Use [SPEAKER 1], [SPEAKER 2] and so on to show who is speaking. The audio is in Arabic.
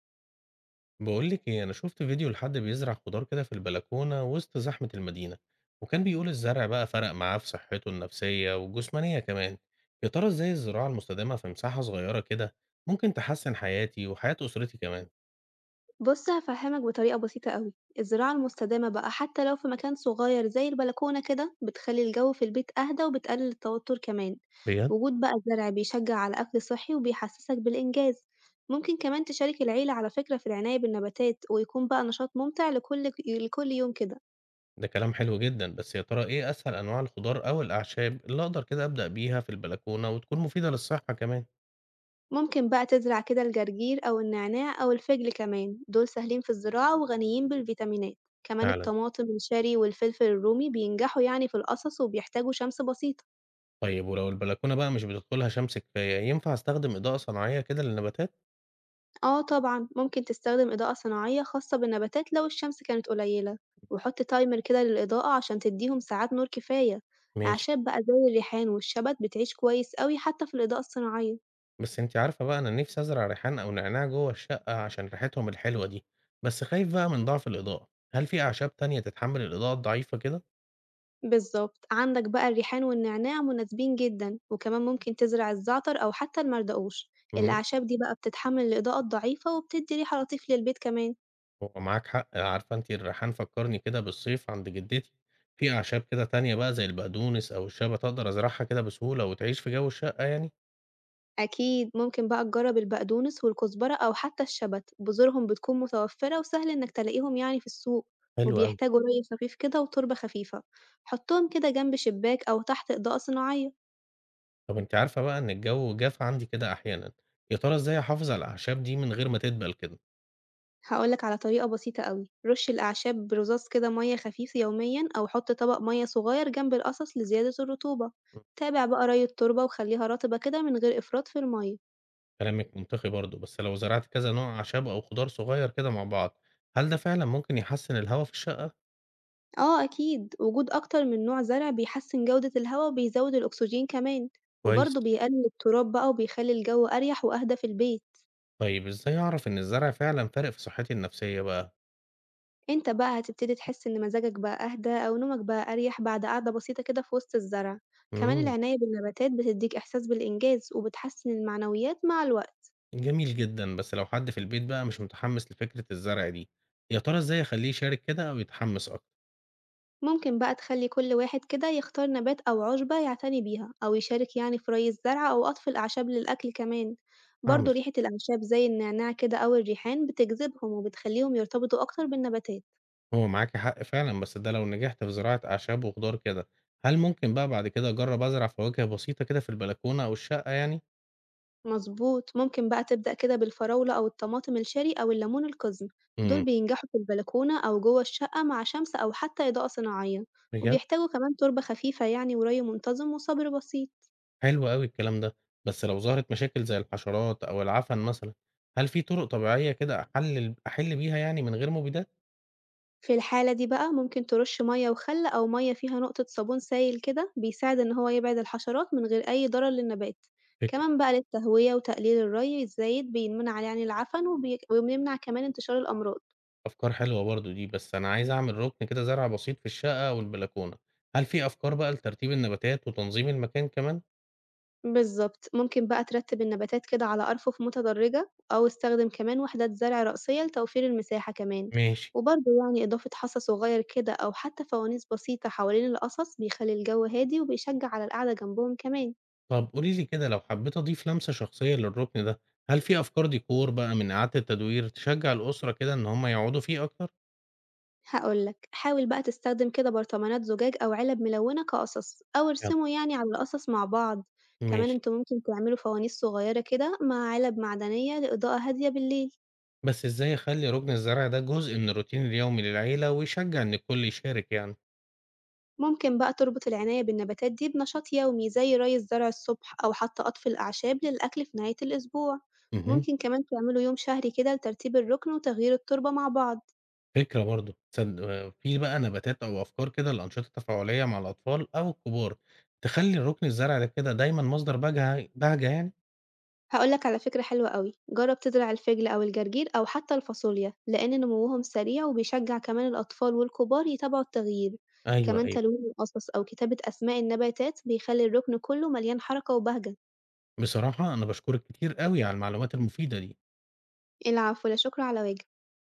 [SPEAKER 1] بقول لك ايه انا شفت فيديو لحد بيزرع خضار كده في البلكونه وسط زحمه المدينه، وكان بيقول الزرع بقى فرق معاه في صحته النفسيه والجسمانيه كمان. يا ترى ازاي الزراعه المستدامه في مساحه صغيره كده ممكن تحسن حياتي وحياه اسرتي كمان؟
[SPEAKER 2] بُص هافهّمك بطريقة بسيطة أوي. الزراعة المستدامة بقى حتى لو في مكان صغير زي البلكونة كده بتخلّي الجو في البيت أهدى وبتقلل التوتر كمان،
[SPEAKER 1] بجد؟
[SPEAKER 2] وجود بقى زرع بيشجع على أكل صحي وبيحسسك بالإنجاز. ممكن كمان تشارك العيلة على فكرة في العناية بالنباتات ويكون بقى نشاط ممتع لكل يوم كده.
[SPEAKER 1] ده كلام حلو جدا، بس يا ترى ايه اسهل انواع الخضار او الاعشاب اللي اقدر كده ابدا بيها في البلكونه وتكون مفيده للصحه كمان؟
[SPEAKER 2] ممكن بقى تزرع كده الجرجير أو النعناع أو الفجل كمان، دول سهلين في الزراعة وغنيين بالفيتامينات. كمان
[SPEAKER 1] فعلا.
[SPEAKER 2] الطماطم الشاري والفلفل الرومي بينجحوا يعني في القصص وبيحتاجوا شمس بسيطة.
[SPEAKER 1] طيب ولو البلكونه بقى مش بتدخلها شمس كفايه، ينفع استخدم اضاءه صناعيه كده للنباتات؟
[SPEAKER 2] آه طبعًا، ممكن تستخدم إضاءة صناعية خاصة بالنباتات لو الشمس كانت قليلة، وحُط تايمر كده للإضاءة عشان تديهم ساعات نور كفاية.
[SPEAKER 1] ماشي.
[SPEAKER 2] أعشاب بقى زي الريحان والشبت بتعيش كويس أوي حتى في الإضاءة الصناعية.
[SPEAKER 1] بس أنتِ عارفة بقى أنا نِفْسي أزرع ريحان أو نعناع جوّه الشقة عشان ريحتهم الحلوة دي، بس خايف بقى من ضعف الإضاءة، هل في أعشاب تانية تتحمّل الإضاءة الضعيفة كده؟
[SPEAKER 2] بالضبط، عندك بقى الريحان والنعناع مناسبين جدًا، وكمان ممكن تزرع الزعتر أو حتى البردقوش.
[SPEAKER 1] إمم،
[SPEAKER 2] الأعشاب دي بقى بتتحمل الإضاءة الضعيفة وبتدي ريحة لطيفة للبيت كمان.
[SPEAKER 1] هو معاك حق، عارفة أنتِ الريحان فكّرني كده بالصيف عند جدتي، في أعشاب كده تانية بقى زي البقدونس أو الشبت أقدر أزرعها كده بسهولة وتعيش في جو الشقة يعني؟
[SPEAKER 2] أكيد، ممكن بقى تجرّب البقدونس والكزبرة أو حتى الشبت، بذورهم بتكون متوفرة وسهل إنك تلاقيهم يعني في السوق.
[SPEAKER 1] حلو أوي.
[SPEAKER 2] وبيحتاجوا ري خفيف كده وتربة خفيفة، حطّهم كده جنب شباك أو تحت إضاءة صناعية.
[SPEAKER 1] طَب أنتِ عارفة بقى إن الجو جاف عندي كده أحيانًا، يا ترى إزاي أحافظ على الأعشاب دي من غير ما تدبل كده؟
[SPEAKER 2] هاقول لك على طريقة بسيطة أوي، رش الأعشاب برذاذ كده مَيّة خفيف يوميًا أو حُط طبق مَيّة صغير جنب القصص لزيادة الرطوبة. تابع بقى ري التربة وخلّيها رطبة كده من غير إفراط في المَيّة.
[SPEAKER 1] كلامِك منطقي برضه، بس لو زرعت كذا نوع أعشاب أو خضار صغير كده مع بعض، هل ده فعلًا ممكن يحسّن الهوا في الشقة؟
[SPEAKER 2] آه أكيد، وجود أكتر من نوع زرع بيحسّن جودة الهوا وبيزوّد الأكسجين كمان،
[SPEAKER 1] كويس.
[SPEAKER 2] وبرضه بيقلل التراب بقى وبيخلّي الجو أريح وأهدى في البيت.
[SPEAKER 1] طيب إزاي أعرف إن الزرع فعلًا فارق في صحتي النفسية بقى؟
[SPEAKER 2] أنت بقى هتبتدي تحس إن مزاجك بقى أهدى أو نومك بقى أريح بعد قعدة بسيطة كده في وسط الزرع. كمان
[SPEAKER 1] إمم،
[SPEAKER 2] العناية بالنباتات بتدّيك إحساس بالإنجاز وبتحسّن المعنويات مع الوقت.
[SPEAKER 1] جميل جدًا، بس لو حد في البيت بقى مش متحمّس لفكرة الزرع دي، يا ترى إزاي أخلّيه يشارك كده أو يتحمّس أكتر؟
[SPEAKER 2] ممكن بقى تخلي كل واحد كده يختار نبات أو عشبة يعتني بيها أو يشارك يعني في ري الزرع أو قطف الأعشاب للأكل كمان،
[SPEAKER 1] هاعمل
[SPEAKER 2] برضه ريحة
[SPEAKER 1] كده.
[SPEAKER 2] الأعشاب زي النعناع كده أو الريحان بتجذبهم وبتخليهم يرتبطوا أكتر بالنباتات.
[SPEAKER 1] هو معاكِ حق فعلًا، بس ده لو نجحت في زراعة أعشاب وخضار كده، هل ممكن بقى بعد كده أجرّب أزرع فواكه بسيطة كده في البلكونة أو الشقة يعني؟
[SPEAKER 2] مظبوط، ممكن بقى تبدأ كده بالفراولة أو الطماطم الشاري أو الليمون القزم.
[SPEAKER 1] إمم،
[SPEAKER 2] دول بينجحوا في البلكونة أو جوه الشقة مع شمس أو حتى إضاءة صناعية،
[SPEAKER 1] بجد؟
[SPEAKER 2] وبيحتاجوا كمان تربة خفيفة يعني وري منتظم وصبر بسيط.
[SPEAKER 1] حلو أوي الكلام ده، بس لو ظهرت مشاكل زي الحشرات أو العفن مثلًا، هل في طرق طبيعية كده أحل بيها يعني من غير مبيدات؟
[SPEAKER 2] في الحالة دي بقى ممكن ترش مية وخل أو مية فيها نقطة صابون سايل كده بيساعد إن هو يبعد الحشرات من غير أي ضرر للنبات.
[SPEAKER 1] فكرة.
[SPEAKER 2] كمان بقى للتهوية وتقليل الري الزايد بيمنع عليه يعني العفن، وبيمنع كمان انتشار الأمراض.
[SPEAKER 1] أفكار حلوة برضه دي، بس أنا عايز أعمل ركن كده زرع بسيط في الشقة أو البلكونة، هل في أفكار بقى لترتيب النباتات وتنظيم المكان كمان؟
[SPEAKER 2] بالظبط، ممكن بقى ترتب النباتات كده على أرفف متدرجة أو استخدم كمان وحدات زرع رأسية لتوفير المساحة كمان.
[SPEAKER 1] ماشي.
[SPEAKER 2] وبرضه يعني إضافة حصى صغير كده أو حتى فوانيس بسيطة حوالين القصص بيخلي الجو هادي وبيشجع على القعدة جنبهم كمان.
[SPEAKER 1] طب قولي لي كده لو حبيت أضيف لمسة شخصية للركن ده، هل في أفكار ديكور بقى من إعادة التدوير تشجع الأسرة كده إن هم يقعدوا فيه أكتر؟
[SPEAKER 2] هاقول لك، حاول بقى تستخدم كده برطمانات زجاج أو علب ملونة كقصص، أو
[SPEAKER 1] يلا.
[SPEAKER 2] ارسموا يعني على القصص مع بعض. كمان
[SPEAKER 1] ماشي.
[SPEAKER 2] انتم ممكن تعملوا فوانيس صغيرة كده مع علب معدنية لإضاءة هادية بالليل.
[SPEAKER 1] بس إزاي أخلّي رُكن الزرع ده جزء من الروتين اليومي للعيلة ويشجّع إن الكل يشارك يعني؟
[SPEAKER 2] ممكن بقى تربط العناية بالنباتات دي بنشاط يومي زي ري الزرع الصبح أو حتى قطف الأعشاب للأكل في نهاية الأسبوع.
[SPEAKER 1] اهم.
[SPEAKER 2] ممكن كمان تعملوا يوم شهري كده لترتيب الركن وتغيير التربة مع بعض.
[SPEAKER 1] فكرة برضه. في بقى نباتات أو أفكار كده لأنشطة تفاعلية مع الأطفال أو الكبار، تخلّي رُكن الزرع ده كده دايمًا مصدر بهجة بهجة يعني؟
[SPEAKER 2] هاقول لك على فكرة حلوة أوي، جرّب تزرع الفِجل أو الجرجير أو حتى الفاصوليا، لإن نموهم سريع وبيشجّع كمان الأطفال والكبار يتابعوا التغيير.
[SPEAKER 1] أيوه،
[SPEAKER 2] كمان
[SPEAKER 1] أيوه.
[SPEAKER 2] تلوين القصص أو كتابة أسماء النباتات بيخلّي الركن كلّه مليان حركة وبهجة.
[SPEAKER 1] بصراحة أنا باشكرك كتير أوي على المعلومات المفيدة دي.
[SPEAKER 2] العفو، لا شكر على واجب.